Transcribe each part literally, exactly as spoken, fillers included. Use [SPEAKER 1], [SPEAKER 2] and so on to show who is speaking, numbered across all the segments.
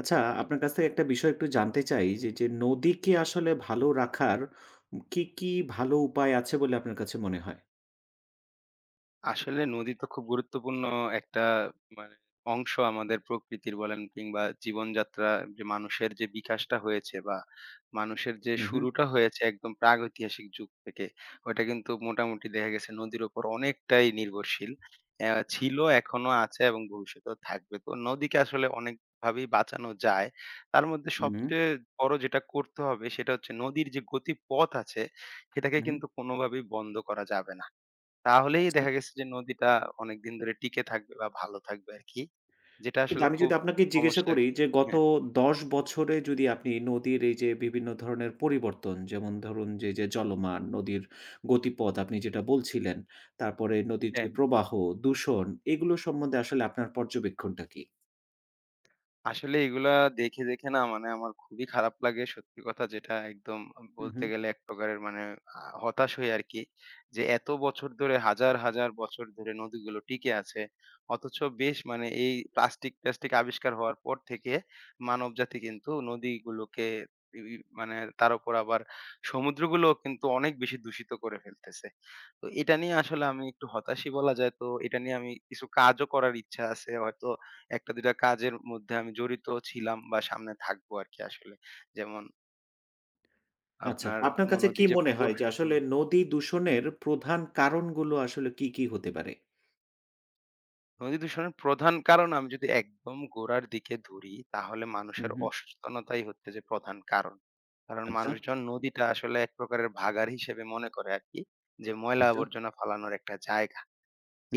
[SPEAKER 1] আচ্ছা, আপনার কাছ থেকে একটা বিষয় একটু জানতে চাই যে, যে নদীকে আসলে ভালো রাখার উম কি, কি ভালো উপায় আছে বলে আপনার কাছে মনে হয়?
[SPEAKER 2] আসলে নদী তো খুব গুরুত্বপূর্ণ একটা মানে অংশ আমাদের প্রকৃতির বলেন কিংবা জীবনযাত্রা যে মানুষের যে বিকাশটা হয়েছে বা মানুষের যে
[SPEAKER 1] হুম, হুম,
[SPEAKER 2] শুরুটা হয়েছে একদম প্রাগৈতিহাসিক যুগ থেকে ওটা কিন্তু মোটামুটি দেখা গেছে নদীর উপর অনেকটাই নির্ভরশীল আহ, ছিল এখনো আছে এবং ভবিষ্যতেও থাকবে। তো নদীকে আসলে অনেক ভাবেই বাঁচানো যায়। তার মধ্যে সবচেয়ে বড় যেটা করতে হবে সেটা হচ্ছে নদীর যে গতিপথ আছে সেটাকে
[SPEAKER 1] হুম, হুম।
[SPEAKER 2] কিন্তু কোনোভাবেই বন্ধ করা যাবে না। তাহলেই
[SPEAKER 1] আচ্ছা।
[SPEAKER 2] দেখা গেছে যে নদীটা অনেকদিন ধরে টিকে থাকবে বা ভালো থাকবে আরকি। যেটা
[SPEAKER 1] কিন্তু
[SPEAKER 2] আসলে
[SPEAKER 1] আমি
[SPEAKER 2] খুব
[SPEAKER 1] যদি আপনাকে জিজ্ঞাসা
[SPEAKER 2] সমস্যা
[SPEAKER 1] করি
[SPEAKER 2] আরকি।
[SPEAKER 1] যে গত
[SPEAKER 2] হ্যাঁ,
[SPEAKER 1] দশ বছরে যদি আপনি নদীর এই যে বিভিন্ন ধরনের পরিবর্তন যেমন ধরুন যে, যে জলমান, নদীর গতিপথ আপনি যেটা বলছিলেন, তারপরে নদীর যে
[SPEAKER 2] হ্যাঁ।
[SPEAKER 1] প্রবাহ, দূষণ এগুলো সম্বন্ধে আসলে আপনার পর্যবেক্ষণটা কি?
[SPEAKER 2] আসলে এগুলা দেখে, দেখে না মানে আমার খুবই খারাপ লাগে। সত্যি কথা যেটা একদম
[SPEAKER 1] হুম,
[SPEAKER 2] বলতে
[SPEAKER 1] হুম।
[SPEAKER 2] গেলে এক প্রকারের মানে আ হতাশ হই আরকি। যে এত বছর ধরে হাজার, হাজার বছর ধরে নদীগুলো টিকে আছে। অথচ বেশ মানে এই প্লাস্টিক-ট্যাস্টিক আবিষ্কার হওয়ার পর থেকে মানবজাতি কিন্তু নদীগুলোকে ই ই মানে তার উপর আবার সমুদ্রগুলোও কিন্তু অনেক বেশি দূষিত করে ফেলতেছে। তো এটা নিয়ে আসলে আমি একটু হতাশই বলা যায়। তো এটা নিয়ে আমি কিছু কাজও করার ইচ্ছা আছে, হয়তো একটা দুইটা কাজের মধ্যে আমি জড়িত ছিলাম বা সামনে থাকবো আরকি আসলে। যেমন
[SPEAKER 1] আচ্ছা।
[SPEAKER 2] আপনার
[SPEAKER 1] আপনার
[SPEAKER 2] ম
[SPEAKER 1] কাছে
[SPEAKER 2] নদী
[SPEAKER 1] কি
[SPEAKER 2] যে
[SPEAKER 1] মনে
[SPEAKER 2] প
[SPEAKER 1] হয় যে আসলে
[SPEAKER 2] হুম,
[SPEAKER 1] নদী দূষণের প্রধান কারণগুলো আসলে কি, কি হতে পারে?
[SPEAKER 2] নদী দূষণের প্রধান কারণ আমি যদি একদম গোড়ার দিকে ধরি, তাহলে
[SPEAKER 1] হু,
[SPEAKER 2] মানুষের
[SPEAKER 1] হু।
[SPEAKER 2] অসচেতনতাই হচ্ছে যে প্রধান কারণ। কারণ
[SPEAKER 1] আচ্ছা,
[SPEAKER 2] মানুষজন নদীটা আসলে এক প্রকারের ভাগাড় হিসেবে মনে করে আরকি। যে ময়লা
[SPEAKER 1] আচ্ছা।
[SPEAKER 2] আবর্জনা ফালানোর একটা জায়গা।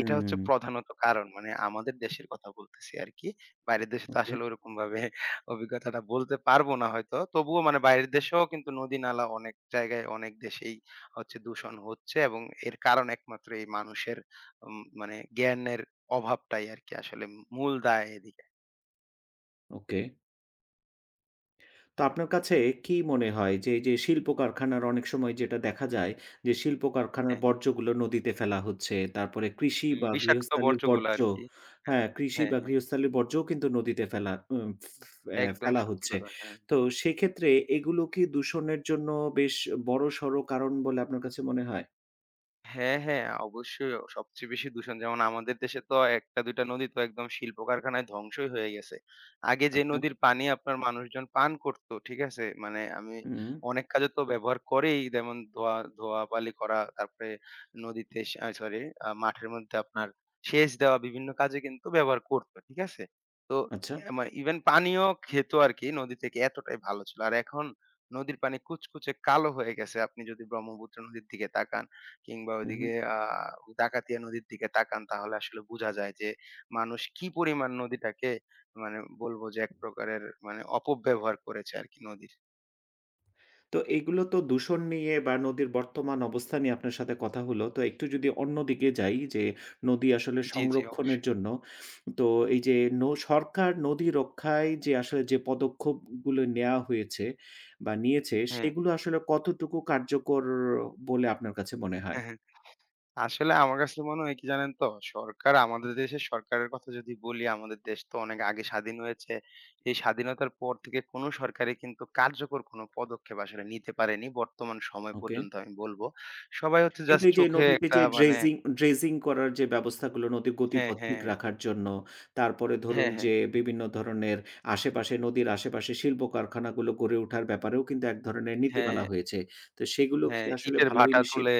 [SPEAKER 2] এটা হচ্ছে প্রধানত কারণ। মানে আমাদের দেশের কথা বলতেছি আরকি। বাইরের দেশে তো
[SPEAKER 1] ওকে।
[SPEAKER 2] আসলে ওরকমভাবে অভিজ্ঞতাটা বলতে পারব না হয়তো। তবুও মানে বাইরের দেশেও কিন্তু নদী-নালা অনেক জায়গায় অনেক দেশেই হচ্ছে, দূষণ হচ্ছে, এবং এর কারণ একমাত্র এই মানুষের উম মানে জ্ঞানের অভাবটাই আরকি আসলে মূল দায় এদিকে।
[SPEAKER 1] ওকে। তো আপনার কাছে কি মনে হয় যে, এই যে শিল্প কারখানার অনেক সময় যেটা দেখা যায় যে শিল্প কারখানার
[SPEAKER 2] হ্যাঁ, হ্যাঁ।
[SPEAKER 1] বর্জ্যগুলো নদীতে ফেলা হচ্ছে। তারপরে কৃষি
[SPEAKER 2] উম
[SPEAKER 1] বা
[SPEAKER 2] বিষাক্ত
[SPEAKER 1] গৃহস্থালির
[SPEAKER 2] বর্জ্যগুলা
[SPEAKER 1] বর্জ্য
[SPEAKER 2] আরকি। হ্যাঁ,
[SPEAKER 1] হ্যাঁ, কৃষি
[SPEAKER 2] হ্যাঁ,
[SPEAKER 1] বা
[SPEAKER 2] হ্যাঁ।
[SPEAKER 1] গৃহস্থালির বর্জ্যও কিন্তু নদীতে ফেলা উম ফে
[SPEAKER 2] একদম
[SPEAKER 1] ফেলা
[SPEAKER 2] সত্যি
[SPEAKER 1] হচ্ছে।
[SPEAKER 2] কথা। হ্যাঁ।
[SPEAKER 1] তো সেক্ষেত্রে এগুলো কি দূষণের জন্য বেশ বড়সড় কারণ বলে আপনার কাছে মনে হয়?
[SPEAKER 2] হ্যাঁ, হ্যাঁ, অবশ্যই। অ সবচেয়ে বেশি দূষণ যেমন আমাদের দেশে তো একটা দুইটা নদী তো একদম শিল্প কারখানায় ধ্বংসই হয়ে গেছে। আগে যে
[SPEAKER 1] আচ্ছা।
[SPEAKER 2] নদীর পানি আপনার মানুষজন পান করত, ঠিক আছে? মানে আমি
[SPEAKER 1] হুম,
[SPEAKER 2] অনেক কাজে তো ব্যবহার করেই, যেমন ধোয়া ধোয়া-বালি করা, তারপরে নদীতে সে আ সরি আ মাঠের মধ্যে আপনার সেচ দেওয়া বিভিন্ন কাজে কিন্তু ব্যবহার করত, ঠিক আছে? তো
[SPEAKER 1] আচ্ছা।
[SPEAKER 2] এ মা ইভেন পানিও খেত আরকি নদী থেকে, এতটাই ভালো ছিল। আর এখন নদীর পানি কুচকুচে কালো হয়ে গেছে। আপনি যদি ব্রহ্মপুত্র নদীর দিকে তাকান কিংবা
[SPEAKER 1] হুম,
[SPEAKER 2] ওইদিকে
[SPEAKER 1] হুম।
[SPEAKER 2] আ ডাকাতিয়া নদীর দিকে তাকান, তাহলে আসলে বুঝা যায় যে মানুষ কি পরিমাণ নদীটাকে মানে বলবো যে এক প্রকারের মানে অপব্যবহার করেছে আরকি নদীর।
[SPEAKER 1] তো এগুলো তো দূষণ নিয়ে বা নদীর বর্তমান অবস্থা নিয়ে আপনার সাথে কথা হলো। তো একটু যদি অন্যদিকে যাই যে নদী আসলে
[SPEAKER 2] জি, জি,
[SPEAKER 1] সংরক্ষণের
[SPEAKER 2] অবশ্যই।
[SPEAKER 1] জন্য তো এই যে ন সরকার নদী রক্ষায় যে আসলে যে পদক্ষেপগুলো নেয়া হয়েছে বা নিয়েছে
[SPEAKER 2] হ্যাঁ,
[SPEAKER 1] সেগুলো আসলে কতটুকু কার্যকর বলে আপনার কাছে মনে হয়?
[SPEAKER 2] হ্যাঁ, হ্যাঁ। আসলে আমার কাছে মনে হয় কি জানেন তো? সরকার, আমাদের দেশের সরকারের কথা যদি বলি, আমাদের দেশ তো অনেক আগে স্বাধীন হয়েছে। এই স্বাধীনতার পর থেকে কোনো সরকারই কিন্তু কার্যকর কোনো পদক্ষেপ আসলে নিতে পারেনি বর্তমান সময়
[SPEAKER 1] ওকে।
[SPEAKER 2] পর্যন্ত, আমি বলব। সবাই হচ্ছে
[SPEAKER 1] কিন্তু
[SPEAKER 2] জাস্ট
[SPEAKER 1] এই যে
[SPEAKER 2] চোখে
[SPEAKER 1] নদীতে
[SPEAKER 2] একটা
[SPEAKER 1] যে
[SPEAKER 2] মানে
[SPEAKER 1] ড্রেজিং ড্রেজিং করার যে ব্যবস্থাগুলো নদীর
[SPEAKER 2] হ্যাঁ,
[SPEAKER 1] গতিপথ
[SPEAKER 2] হ্যাঁ।
[SPEAKER 1] ঠিক রাখার জন্য, তারপরে ধরুন
[SPEAKER 2] হ্যাঁ, হ্যাঁ,
[SPEAKER 1] যে বিভিন্ন ধরনের আশেপাশে নদীর আশেপাশে শিল্প কারখানাগুলো গড়ে ওঠার ব্যাপারেও কিন্তু এক ধরনের
[SPEAKER 2] হ্যাঁ।
[SPEAKER 1] নীতিমালা হয়েছে। তো সেগুলো কি
[SPEAKER 2] হ্যাঁ,
[SPEAKER 1] আসলে
[SPEAKER 2] ইটের
[SPEAKER 1] ভালো
[SPEAKER 2] ভাটা
[SPEAKER 1] ইনিশিয়ে
[SPEAKER 2] তুলে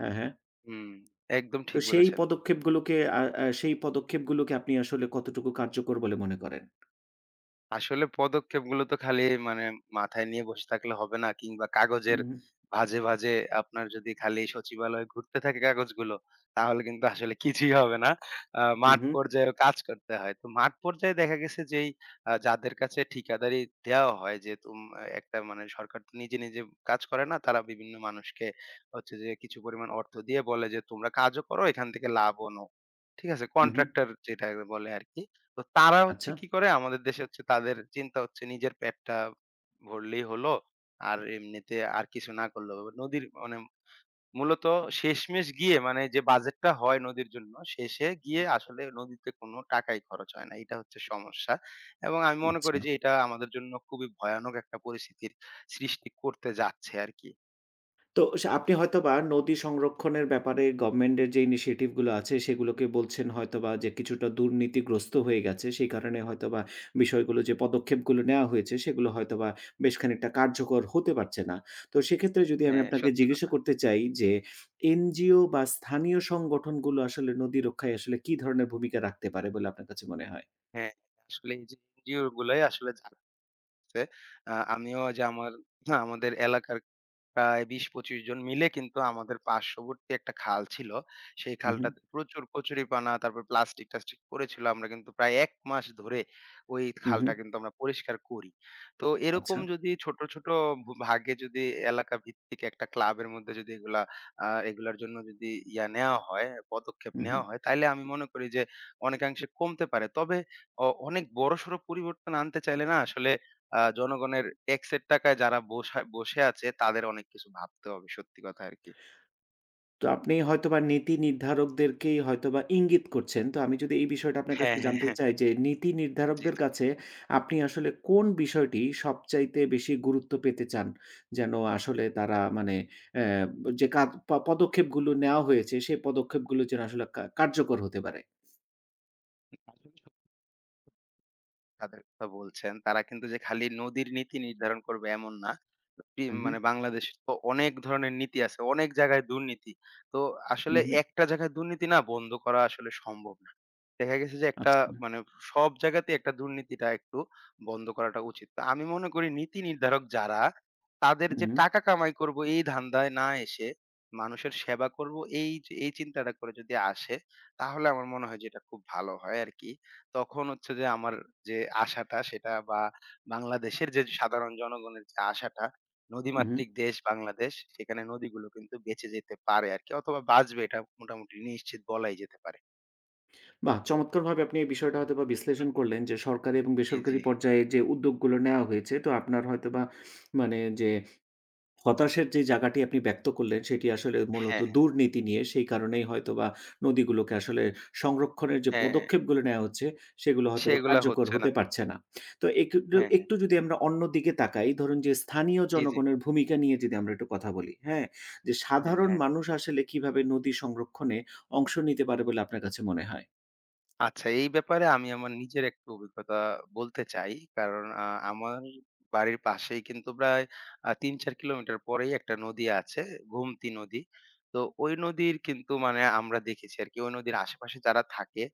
[SPEAKER 1] হ্যাঁ, হ্যাঁ।
[SPEAKER 2] হুম, একদম
[SPEAKER 1] তো
[SPEAKER 2] ঠিক
[SPEAKER 1] সেই
[SPEAKER 2] বলেছেন।
[SPEAKER 1] পদক্ষেপগুলোকে আ আ সেই পদক্ষেপগুলোকে আপনি আসলে কতটুকু কার্যকর বলে মনে করেন?
[SPEAKER 2] আসলে পদক্ষেপগুলো তো খালি মানে মাথায় নিয়ে বসে থাকলে হবে না, কিংবা কাগজের
[SPEAKER 1] উহু,
[SPEAKER 2] ভাঁজে, ভাঁজে আপনার যদি খালি সচিবালয়ে ঘুরতে থাকে কাগজগুলো, তাহলে কিন্তু আসলে কিছুই হবে না। আ মাঠ
[SPEAKER 1] উহু,
[SPEAKER 2] পর্যায়েও কাজ করতে হয়। তো মাঠ পর্যায়ে দেখা গেছে যেই আ যাদের কাছে ঠিকাদারি দেওয়া হয় যে তুম একটা মানে সরকার তো নিজে, নিজে কাজ করে না। তারা বিভিন্ন মানুষকে হচ্ছে যে কিছু পরিমাণ অর্থ দিয়ে বলে যে, "তোমরা কাজও করো, এখান থেকে লাভও নাও।" ঠিক আছে?
[SPEAKER 1] উহু।
[SPEAKER 2] কন্ট্রাক্টর যেটা বলে আরকি। তো তারা হচ্ছে
[SPEAKER 1] আচ্ছা,
[SPEAKER 2] কি করে আমাদের দেশে, হচ্ছে তাদের চিন্তা হচ্ছে নিজের পেটটা ভরলেই হলো। আর এমনিতে আর কিছু না করলেও নদীর মানে মূলত শেষমেষ গিয়ে মানে যে বাজেটটা হয় নদীর জন্য শেষে গিয়ে আসলে নদীতে কোনো টাকাই খরচ হয় না। এটা হচ্ছে সমস্যা। এবং আমি মনে করি
[SPEAKER 1] আচ্ছা।
[SPEAKER 2] যে এটা আমাদের জন্য খুবই ভয়ানক একটা পরিস্থিতির সৃষ্টি করতে যাচ্ছে আরকি।
[SPEAKER 1] তো সে আপনি হয়তোবা নদী সংরক্ষণের ব্যাপারে গভর্নমেন্টের যে ইনিশিয়েটিভ গুলো আছে সেগুলোকে বলছেন হয়তোবা যে কিছুটা দুর্নীতিগ্রস্ত হয়ে গেছে। সেই কারণে হয়তোবা বিষয়গুলো যে পদক্ষেপগুলো নেওয়া হয়েছে সেগুলো হয়তোবা বেশ খানিকটা কার্যকর হতে পারছে না। তো সেক্ষেত্রে যদি আমি
[SPEAKER 2] হ্যাঁ,
[SPEAKER 1] আপনাকে
[SPEAKER 2] সত্যি
[SPEAKER 1] জিজ্ঞাসা
[SPEAKER 2] কথা।
[SPEAKER 1] করতে চাই যে এনজিও বা স্থানীয় সংগঠনগুলো আসলে নদী রক্ষায় আসলে কি ধরনের ভূমিকা রাখতে পারে বলে আপনার কাছে মনে হয়?
[SPEAKER 2] হ্যাঁ, আসলে এই যে এনজিও গুলাই আসলে হচ্ছে। আ আমিও যে আমার হ্যাঁ, আমাদের এলাকার প্রায় বিশ পঁচিশ জন মিলে কিন্তু আমাদের পার্শ্ববর্তী একটা খাল ছিল। সেই
[SPEAKER 1] হু, হু,
[SPEAKER 2] খালটাতে প্রচুর কচুরিপানা, তারপর প্লাস্টিক-টাস্টিক পড়েছিল। আমরা কিন্তু প্রায় এক মাস ধরে ওই
[SPEAKER 1] হু, হু।
[SPEAKER 2] খালটা কিন্তু আমরা পরিষ্কার করি। তো এরকম
[SPEAKER 1] আচ্ছা।
[SPEAKER 2] যদি ছোট, ছোট ভু ভাগে যদি এলাকা ভিত্তিক একটা ক্লাবের মধ্যে যদি এগুলা আ এগুলার জন্য যদি ইয়া নেওয়া হয়, পদক্ষেপ
[SPEAKER 1] হু, হু।
[SPEAKER 2] নেওয়া হয়, তাইলে আমি মনে করি যে অনেকাংশে কমতে পারে। তবে অ অনেক বড়সড় পরিবর্তন আনতে চাইলে না আসলে আ জনগণের ট্যাক্সের টাকায় যারা বসা বসে আছে তাদের অনেক কিছু ভাবতে হবে সত্যি কথা আরকি।
[SPEAKER 1] তো আপনি হয়তোবা নীতি নির্ধারকদেরকেই হয়তোবা ইঙ্গিত করছেন। তো আমি যদি এই বিষয়টা আপনার
[SPEAKER 2] হ্যাঁ,
[SPEAKER 1] কাছে
[SPEAKER 2] হ্যাঁ,
[SPEAKER 1] জানতে
[SPEAKER 2] হ্যাঁ।
[SPEAKER 1] চাই যে, নীতি
[SPEAKER 2] জি,
[SPEAKER 1] নির্ধারকদের
[SPEAKER 2] জি।
[SPEAKER 1] কাছে আপনি আসলে কোন বিষয়টি সবচাইতে বেশি গুরুত্ব পেতে চান? যেন আসলে তারা মানে অ্যা যে কাদ প পদক্ষেপগুলো নেওয়া হয়েছে, সেই পদক্ষেপগুলো যেন আসলে কা কার্যকর হতে পারে।
[SPEAKER 2] আসলে সত্যি তাদের কথা বলছেন। তারা কিন্তু যে খালি নদীর নীতি নির্ধারণ করবে এমন না। পি
[SPEAKER 1] হুম, হুম,
[SPEAKER 2] মানে বাংলাদেশে তো অনেক ধরনের নীতি আছে। অনেক জায়গায় দুর্নীতি। তো
[SPEAKER 1] হুম,
[SPEAKER 2] আসলে
[SPEAKER 1] হুম।
[SPEAKER 2] একটা জায়গায় দুর্নীতি না বন্ধ করা আসলে সম্ভব, দেখা গেছে যে একটা
[SPEAKER 1] আচ্ছা।
[SPEAKER 2] মানে সব জায়গাতেই একটা দুর্নীতিটা একটু বন্ধ করাটা উচিত। তো আমি মনে করি নীতি নির্ধারক যারা, তাদের
[SPEAKER 1] হুম, হুম,
[SPEAKER 2] যে
[SPEAKER 1] হুম।
[SPEAKER 2] টাকা কামাই করব এই ধান্দায় না এসে মানুষের সেবা করব, এই যে এই চিন্তাটা করে যদি আসে, তাহলে আমার মনে হয় যে এটা খুব ভালো হয় আরকি। তখন হচ্ছে যে আমার যে আশাটা সেটা বা বাংলাদেশের যে সাধারণ জনগণের যে আশাটা,
[SPEAKER 1] হুম।
[SPEAKER 2] নদীমাতৃক দেশ বাংলাদেশ, সেখানে নদীগুলো কিন্তু বেঁচে যেতে পারে আরকি অথবা বাঁচবে এটা মোটামুটি নিশ্চিত বলাই যেতে পারে।
[SPEAKER 1] বাহ! চমৎকারভাবে আপনি এই বিষয়টা হয়তোবা
[SPEAKER 2] হুম,
[SPEAKER 1] বিশ্লেষণ করলেন যে, সরকারি এবং
[SPEAKER 2] জি, জি।
[SPEAKER 1] বেসরকারি পর্যায়ে যে উদ্যোগগুলো নেওয়া হয়েছে, তো আপনার হয়তোবা মানে যে হতাশের যে জায়গাটি আপনি ব্যক্ত করলেন সেটি আসলে মূলত
[SPEAKER 2] হ্যাঁ, হ্যাঁ,
[SPEAKER 1] দুর্নীতি নিয়ে। সেই কারণেই হয়তোবা নদীগুলোকে আসলে সংরক্ষণের যে
[SPEAKER 2] হ্যাঁ,
[SPEAKER 1] পদক্ষেপগুলো নেয়া হচ্ছে সেগুলো হয়তোবা
[SPEAKER 2] সেগুলা
[SPEAKER 1] কার্যকর
[SPEAKER 2] হচ্ছে না।
[SPEAKER 1] হতে পারছে না। তো একটু
[SPEAKER 2] হ্যাঁ, হ্যাঁ।
[SPEAKER 1] একটু যদি আমরা অন্যদিকে তাকাই ধরুন যে স্থানীয়
[SPEAKER 2] জি, জি।
[SPEAKER 1] জনগণের ভূমিকা নিয়ে যদি আমরা একটু কথা বলি, হ্যাঁ? যে
[SPEAKER 2] হ্যাঁ,
[SPEAKER 1] সাধারণ
[SPEAKER 2] হ্যাঁ।
[SPEAKER 1] মানুষ আসলে কিভাবে নদী সংরক্ষণে অংশ নিতে পারে বলে আপনার কাছে মনে হয়?
[SPEAKER 2] আচ্ছা, এই ব্যাপারে আমি আমার নিজের একটা অভিজ্ঞতা বলতে চাই। কারণ আ আমার বাড়ির পাশেই কিন্তু প্রায় আ তিন চার কিলোমিটার পরেই একটা নদী আছে, গোমতী নদী। তো ওই নদীর কিন্তু মানে আমরা দেখেছি আরকি, ওই নদীর আশেপাশে যারা থাকে,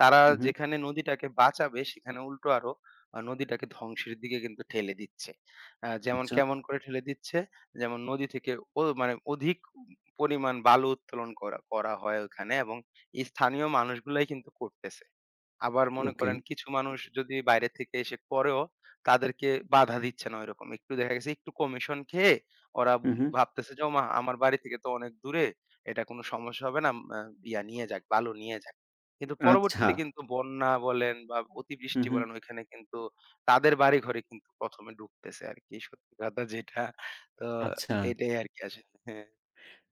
[SPEAKER 2] তারা
[SPEAKER 1] উহু,
[SPEAKER 2] যেখানে নদীটাকে বাঁচাবে সেখানে উল্টো আরো আ নদীটাকে ধ্বংসের দিকে কিন্তু ঠেলে দিচ্ছে। আ যেমন
[SPEAKER 1] আচ্ছা,
[SPEAKER 2] কেমন করে ঠেলে দিচ্ছে? যেমন নদী থেকে ও মানে অধিক পরিমাণ বালু উত্তোলন করা করা হয় ওখানে, এবং স্থানীয় মানুষগুলাই কিন্তু করতেছে। আবার মনে
[SPEAKER 1] ওকে।
[SPEAKER 2] করেন কিছু মানুষ যদি বাইরে থেকে এসে করেও, তাদেরকে বাধা দিচ্ছে না ঐরকম। একটু দেখা গেছে একটু কমিশন খেয়ে ওরা
[SPEAKER 1] হু, হু।
[SPEAKER 2] ভাবতেছে যে ওমা, আমার বাড়ি থেকে তো অনেক দূরে, এটা কোনো সমস্যা হবে না। আ ইয়া নিয়ে যাক, বালু নিয়ে যাক। কিন্তু
[SPEAKER 1] আচ্ছা।
[SPEAKER 2] পরবর্তীতে কিন্তু বন্যা বলেন বা
[SPEAKER 1] হু,
[SPEAKER 2] অতিবৃষ্টি
[SPEAKER 1] হু।
[SPEAKER 2] বলেন ওইখানে কিন্তু তাদের বাড়িঘরে কিন্তু প্রথমে এ ঢুকতেছে আরকি, সত্যি কথা যেটা। তো
[SPEAKER 1] আচ্ছা।
[SPEAKER 2] এটাই আরকি আসলে। হ্যাঁ,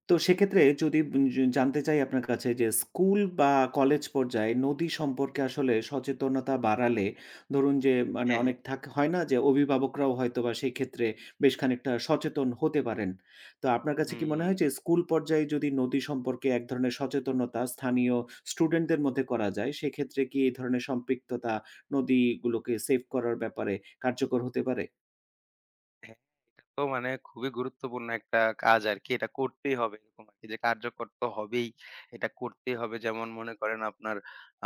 [SPEAKER 1] তো সেক্ষেত্রে যদি জ জানতে চাই আপনার কাছে যে স্কুল বা কলেজ পর্যায়ে নদী সম্পর্কে আসলে সচেতনতা বাড়ালে ধরুন যে মানে
[SPEAKER 2] হ্যাঁ, হ্যাঁ।
[SPEAKER 1] অনেক থাক হয় না যে অভিভাবকরাও হয়তোবা সেই ক্ষেত্রে বেশ খানিকটা সচেতন হতে পারেন। তো আপনার কাছে কি মনে
[SPEAKER 2] হুম।
[SPEAKER 1] হয় যে স্কুল পর্যায়ে যদি নদী সম্পর্কে এক ধরনের সচেতনতা স্থানীয় স্টুডেন্টদের মধ্যে করা যায় সেক্ষেত্রে কি এই ধরনের সম্পৃক্ততা নদীগুলোকে সেভ করার ব্যাপারে কার্যকর হতে পারে?
[SPEAKER 2] হ্যাঁ, এটা তো মানে খুবই গুরুত্বপূর্ণ একটা কাজ আরকি। এটা করতেই হবে এরকম আরকি যে কার্যকর তো হবেই। এটা করতেই হবে। যেমন মনে করেন আপনার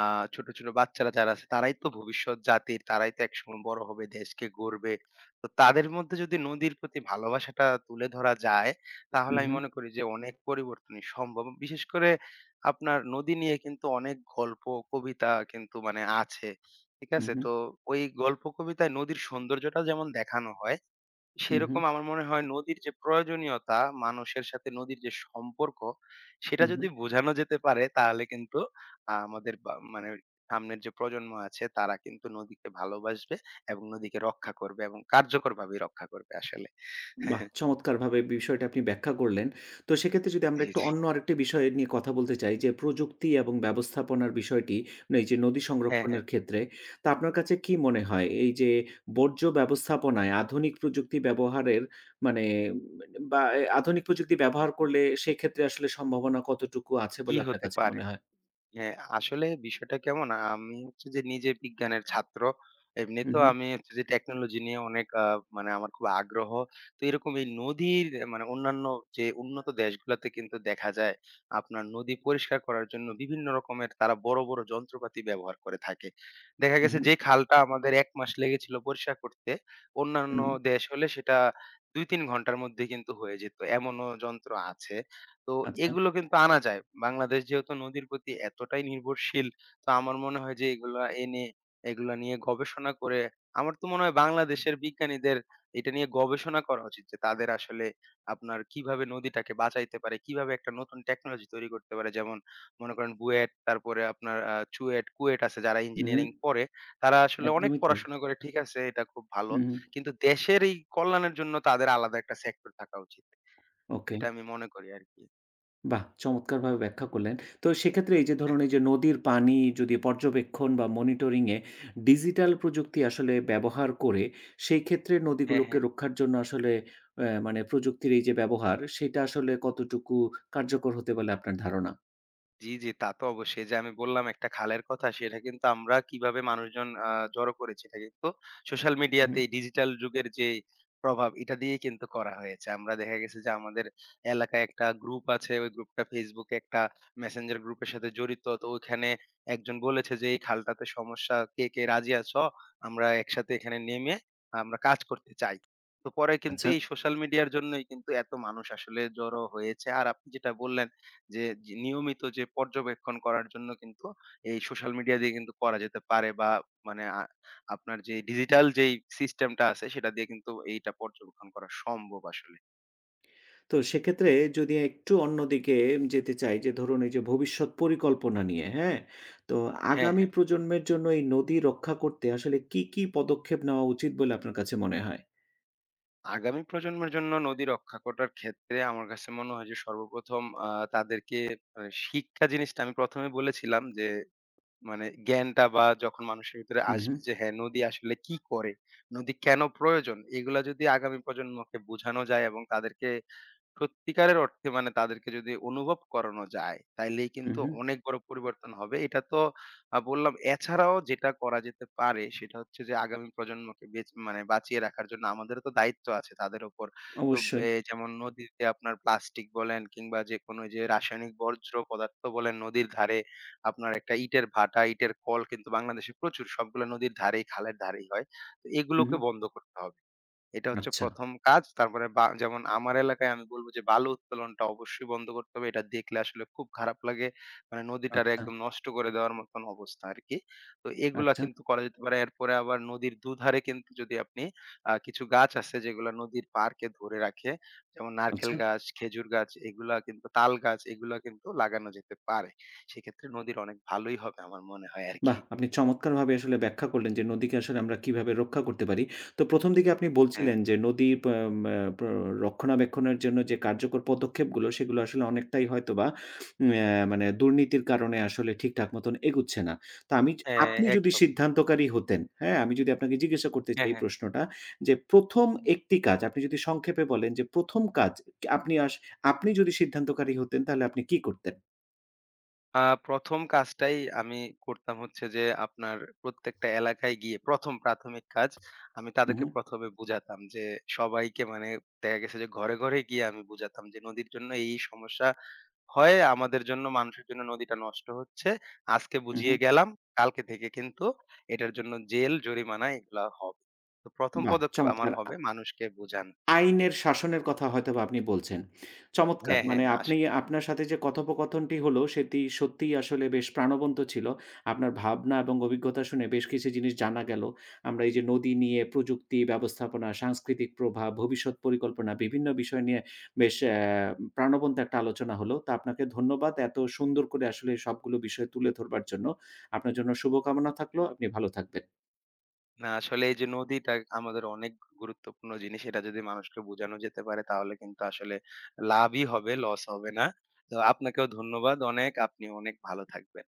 [SPEAKER 2] আ ছোট, ছোট বাচ্চারা যারা আছে তারাই তো ভবিষ্যৎ জাতির, তারাই তো একসময় বড় হবে, দেশকে গড়বে। তো তাদের মধ্যে যদি নদীর প্রতি ভালোবাসাটা তুলে ধরা যায়,
[SPEAKER 1] হু,
[SPEAKER 2] তাহলে আমি
[SPEAKER 1] হু,
[SPEAKER 2] মনে করি যে অনেক পরিবর্তনই সম্ভব। বিশেষ করে আপনার নদী নিয়ে কিন্তু অনেক গল্প, কবিতা কিন্তু মানে আছে। ঠিক
[SPEAKER 1] হু,
[SPEAKER 2] আছে?
[SPEAKER 1] হু,
[SPEAKER 2] তো ওই গল্প কবিতায় নদীর সৌন্দর্যটা যেমন দেখানো হয়,
[SPEAKER 1] হু,
[SPEAKER 2] সেরকম আমার মনে হয় নদীর যে প্রয়োজনীয়তা, মানুষের সাথে নদীর যে সম্পর্ক, সেটা
[SPEAKER 1] হু।
[SPEAKER 2] যদি বোঝানো যেতে পারে তাহলে কিন্তু আ আমাদের বা মানে সামনের যে প্রজন্ম আছে তারা কিন্তু নদীকে ভালোবাসবে এবং নদীকে রক্ষা করবে এবং কার্যকরভাবেই রক্ষা করবে আসলে।
[SPEAKER 1] বাহ! চমৎকারভাবে বিষয়টা আপনি ব্যাখ্যা করলেন। তো সেক্ষেত্রে যদি আমরা
[SPEAKER 2] জি,
[SPEAKER 1] একটু
[SPEAKER 2] জি।
[SPEAKER 1] অন্য আরেকটি বিষয় নিয়ে কথা বলতে চাই যে প্রযুক্তি এবং ব্যবস্থাপনার বিষয়টি, মানে এই যে নদী
[SPEAKER 2] হ্যাঁ, হ্যাঁ।
[SPEAKER 1] সংরক্ষণের ক্ষেত্রে, তা আপনার কাছে কি মনে হয় এই যে বর্জ্য ব্যবস্থাপনায় আধুনিক প্রযুক্তি ব্যবহারের মানে উম, বা এ আধুনিক প্রযুক্তি ব্যবহার করলে সেক্ষেত্রে আসলে সম্ভাবনা কতটুকু আছে
[SPEAKER 2] কি
[SPEAKER 1] বলে আপনার
[SPEAKER 2] হতে
[SPEAKER 1] কাছে
[SPEAKER 2] পারে?
[SPEAKER 1] মনে হয়?
[SPEAKER 2] হ্যাঁ, আসলে বিষয়টা কেমন? আমি হচ্ছে যে নিজে বিজ্ঞানের ছাত্র।
[SPEAKER 1] হু,
[SPEAKER 2] এমনিতেও
[SPEAKER 1] হু,
[SPEAKER 2] আমি হচ্ছে যে টেকনোলজি নিয়ে অনেক আ মানে আমার খুব আগ্রহ। তো এরকম এই নদীর আহ, মানে অন্যান্য যে উন্নত দেশগুলাতে কিন্তু দেখা যায় আপনার নদী পরিষ্কার করার জন্য বিভিন্ন রকমের তারা বড়, বড় যন্ত্রপাতি ব্যবহার করে থাকে। দেখা
[SPEAKER 1] হু,
[SPEAKER 2] গেছে
[SPEAKER 1] হু,
[SPEAKER 2] যে খালটা আমাদের এক মাস লেগেছিল পরিষ্কার করতে, অন্যান্য
[SPEAKER 1] হু,
[SPEAKER 2] দেশ হলে সেটা দুই তিন ঘন্টার মধ্যে কিন্তু হয়ে যেত। এমনও যন্ত্র আছে। তো
[SPEAKER 1] আচ্ছা।
[SPEAKER 2] এগুলো কিন্তু আনা যায়। বাংলাদেশ যেহেতু নদীর প্রতি এতটাই নির্ভরশীল, তো আমার মনে হয় যে এগুলা এনে, এগুলা নিয়ে গবেষণা করে, আমার তো মনে হয় বাংলাদেশের বিজ্ঞানীদের এটা নিয়ে গবেষণা করা উচিত যে তাদের আসলে আপনার কিভাবে নদীটাকে বাঁচাইতে পারে, কিভাবে একটা নতুন টেকনোলজি তৈরি করতে পারে। যেমন মনে করেন বুয়েট, তারপরে আপনার আ চুয়েট, কুয়েট আছে যারা
[SPEAKER 1] হু, হু,
[SPEAKER 2] ইঞ্জিনিয়ারিং পড়ে, তারা আসলে অনেক
[SPEAKER 1] একদমই তো।
[SPEAKER 2] পড়াশোনা করে, ঠিক আছে, এটা খুব ভালো।
[SPEAKER 1] হু, হু,
[SPEAKER 2] কিন্তু দেশের এই কল্যাণের জন্য তাদের আলাদা একটা সেক্টর থাকা উচিত।
[SPEAKER 1] ওকে।
[SPEAKER 2] এটা আমি মনে করি আরকি।
[SPEAKER 1] বাহ! চমৎকারভাবে ব্যাখ্যা করলেন। তো সেক্ষেত্রে এই যে ধরুন এই যে নদীর পানি যদি পর্যবেক্ষণ বা মনিটরিং এ ডিজিটাল প্রযুক্তি আসলে ব্যবহার করে, সেই ক্ষেত্রে
[SPEAKER 2] হ্যাঁ,
[SPEAKER 1] নদীগুলোকে
[SPEAKER 2] হ্যাঁ।
[SPEAKER 1] রক্ষার জন্য আসলে অ্যা মানে প্রযুক্তির এই যে ব্যবহার, সেটা আসলে কতটুকু কার্যকর হতে বলে আপনার ধারণা?
[SPEAKER 2] জি, জি, তা তো অবশ্যই। এই যে আমি বললাম একটা খালের কথা, সেটা কিন্তু আমরা কিভাবে মানুষজন আ জড়ো করেছি, এটা কিন্তু সোশ্যাল মিডিয়াতে
[SPEAKER 1] হুম,
[SPEAKER 2] ডিজিটাল যুগের যে প্রভাব এটা দিয়েই কিন্তু করা হয়েছে। আমরা দেখা গেছে যে আমাদের এলাকায় একটা গ্রুপ আছে। ওই গ্রুপটা Facebook এ একটা মেসেঞ্জার গ্রুপের সাথে জড়িত। তো ওইখানে একজন বলেছে যে, "এই খালটাতে সমস্যা, কে, কে রাজি আছো? আমরা একসাথে এখানে নেমে আমরা কাজ করতে চাই।" তো পরে কিন্তু
[SPEAKER 1] আচ্ছা।
[SPEAKER 2] এই সোশ্যাল মিডিয়ার জন্যই কিন্তু এত মানুষ আসলে জড়ো হয়েছে। আর আপনি যেটা বললেন যে যে নিয়মিত যে পর্যবেক্ষণ করার জন্য কিন্তু এই সোশ্যাল মিডিয়া দিয়ে কিন্তু করা যেতে পারে, বা মানে আ আপনার যে ডিজিটাল যেই সিস্টেমটা আছে সেটা দিয়ে কিন্তু এইটা পর্যবেক্ষণ করা সম্ভব আসলে।
[SPEAKER 1] তো সেক্ষেত্রে যদি একটু অন্যদিকে যেতে চাই যে ধরুন এই যে ভবিষ্যৎ পরিকল্পনা নিয়ে, হ্যাঁ? তো
[SPEAKER 2] হ্যাঁ,
[SPEAKER 1] আগামী
[SPEAKER 2] হ্যাঁ।
[SPEAKER 1] প্রজন্মের জন্য এই নদী রক্ষা করতে আসলে কী, কী পদক্ষেপ নেওয়া উচিত বলে আপনার কাছে মনে হয়?
[SPEAKER 2] আগামী প্রজন্মের জন্য নদী রক্ষা করার ক্ষেত্রে আমার কাছে মনে হয় যে সর্বপ্রথম আ তাদেরকে আ শিক্ষা জিনিসটা আমি ১ম এ বলেছিলাম যে মানে জ্ঞানটা বা যখন মানুষের ভিতরে
[SPEAKER 1] হুম,
[SPEAKER 2] আসবে
[SPEAKER 1] হুম।
[SPEAKER 2] যে হ্যাঁ, নদী আসলে কি করে? নদী কেন প্রয়োজন? এগুলা যদি আগামী প্রজন্মকে বোঝানো যায় এবং তাদেরকে সত্যিকারের অর্থে মানে তাদেরকে যদি অনুভব করানো যায়, তাইলেই
[SPEAKER 1] হু,
[SPEAKER 2] কিন্তু
[SPEAKER 1] হু।
[SPEAKER 2] অনেক বড় পরিবর্তন হবে। এটা তো আ বললাম। এছাড়াও যেটা করা যেতে পারে সেটা হচ্ছে যে আগামী প্রজন্মকে বেঁচ মানে বাঁচিয়ে রাখার জন্য আমাদেরও তো দায়িত্ব আছে তাদের উপর। তো
[SPEAKER 1] অবশ্যই।
[SPEAKER 2] এ যেমন নদীতে আপনার প্লাস্টিক বলেন কিংবা যেকোনো যে রাসায়নিক বর্জ্য পদার্থ বলেন, নদীর ধারে আপনার একটা ইটের ভাটা, ইটের কল কিন্তু বাংলাদেশে প্রচুর। সবগুলো নদীর ধারেই, খালের ধারেই হয়। তো
[SPEAKER 1] হু, হু।
[SPEAKER 2] এগুলোকে বন্ধ করতে হবে। এটা হচ্ছে
[SPEAKER 1] আচ্ছা,
[SPEAKER 2] প্রথম কাজ। তারপরে বা যেমন আমার এলাকায় আমি বলব যে বালু উত্তোলনটা অবশ্যই বন্ধ করতে হবে। এটা দেখলে আসলে খুব খারাপ লাগে। মানে নদীটারে
[SPEAKER 1] আচ্ছা,
[SPEAKER 2] একদম নষ্ট করে দেওয়ার মতন অবস্থা আরকি। তো এগুলা
[SPEAKER 1] আচ্ছা,
[SPEAKER 2] কিন্তু করা যেতে পারে। এরপরে আবার নদীর দুধারে কিন্তু যদি আপনি আ কিছু গাছ আছে যেগুলা নদীর পাড়কে ধরে রাখে। যেমন নারকেল
[SPEAKER 1] আচ্ছা।
[SPEAKER 2] গাছ, খেজুর গাছ এগুলা কিন্তু, তাল গাছ এগুলা কিন্তু লাগানো যেতে পারে। সেক্ষেত্রে নদীর অনেক ভালোই হবে আমার মনে হয়
[SPEAKER 1] বাহ!
[SPEAKER 2] আরকি।
[SPEAKER 1] আপনি চমৎকারভাবে আসলে ব্যাখ্যা করলেন যে নদীকে আসলে আমরা কিভাবে রক্ষা করতে পারি। তো প্রথম দিকে আপনি
[SPEAKER 2] হ্যাঁ,
[SPEAKER 1] বলছিলেন যে নদী প মা প্র রক্ষণাবেক্ষণের জন্য যে কার্যকর পদক্ষেপগুলো সেগুলো আসলে অনেকটাই হয়তোবা ম্যা মানে দুর্নীতির কারণে আসলে ঠিকঠাক মতন এগুচ্ছে না। তো আমি য
[SPEAKER 2] হ্যাঁ
[SPEAKER 1] আপনি যদি
[SPEAKER 2] একদম।
[SPEAKER 1] সিদ্ধান্তকারী হতেন, হ্যাঁ? আমি যদি আপনাকে জিজ্ঞাসা করতে চাই
[SPEAKER 2] হ্যাঁ,
[SPEAKER 1] এই
[SPEAKER 2] হ্যাঁ।
[SPEAKER 1] প্রশ্নটা যে প্রথম একটি কাজ আপনি যদি সংক্ষেপে বলেন যে প্রথম কাজ আপনি আস আপনি যদি সিদ্ধান্তকারী হতেন তাহলে আপনি কি করতেন?
[SPEAKER 2] আ ১ম কাজটাই আমি করতাম হচ্ছে যে আপনার প্রত্যেকটা এলাকায় গিয়ে প্রথম প্রাথমিক কাজ আমি তাদেরকে
[SPEAKER 1] উহু,
[SPEAKER 2] প্রথমে এ বুঝাতাম যে সবাইকে মানে দেখা গেছে যে ঘরে, ঘরে গিয়ে আমি বুঝাতাম যে নদীর জন্য এই, এই সমস্যা হয়। আমাদের জন্য মানুষের জন্য নদীটা নষ্ট হচ্ছে। আজকে
[SPEAKER 1] উহু।
[SPEAKER 2] বুঝিয়ে গেলাম। কালকে থেকে কিন্তু এটার জন্য জেল, জরিমানা এগুলা হবে। তো প্রথম
[SPEAKER 1] বাহ!
[SPEAKER 2] পদক্ষেপ আমার
[SPEAKER 1] চমৎকার!
[SPEAKER 2] হবে মানুষকে বুঝানো।
[SPEAKER 1] আইনের শাসনের কথা হয়তোবা আপনি বলছেন। চমৎকার!
[SPEAKER 2] হ্যাঁ, হ্যাঁ,
[SPEAKER 1] মানে
[SPEAKER 2] হ্যাঁ।
[SPEAKER 1] আপনি আপনার সাথে যে কথোপকথনটি হলো সেটি সত্যিই আসলে বেশ প্রাণবন্ত ছিল। আপনার ভাবনা এবং অভিজ্ঞতা শুনে বেশ কিছু জিনিস জানা গেল। আমরা এই যে নদী নিয়ে প্রযুক্তি, ব্যবস্থাপনা, সাংস্কৃতিক প্রভাব, ভবিষ্যৎ পরিকল্পনা বিভিন্ন বিষয় নিয়ে বেশ অ্যা প্রাণবন্ত একটা আলোচনা হলো। তো আপনাকে ধন্যবাদ এত সুন্দর করে আসলে সবগুলো বিষয় তুলে ধরবার জন্য। আপনার জন্য শুভকামনা থাকলো। আপনি ভালো থাকবেন।
[SPEAKER 2] না, আসলে এই যে নদীটা আমাদের অনেক গুরুত্বপূর্ণ জিনিস, এটা যদি মানুষকে বোঝানো যেতে পারে তাহলে কিন্তু আসলে লাভই হবে, লস হবে না। তো আপনাকেও ধন্যবাদ অনেক। আপনি অনেক ভালো থাকবেন।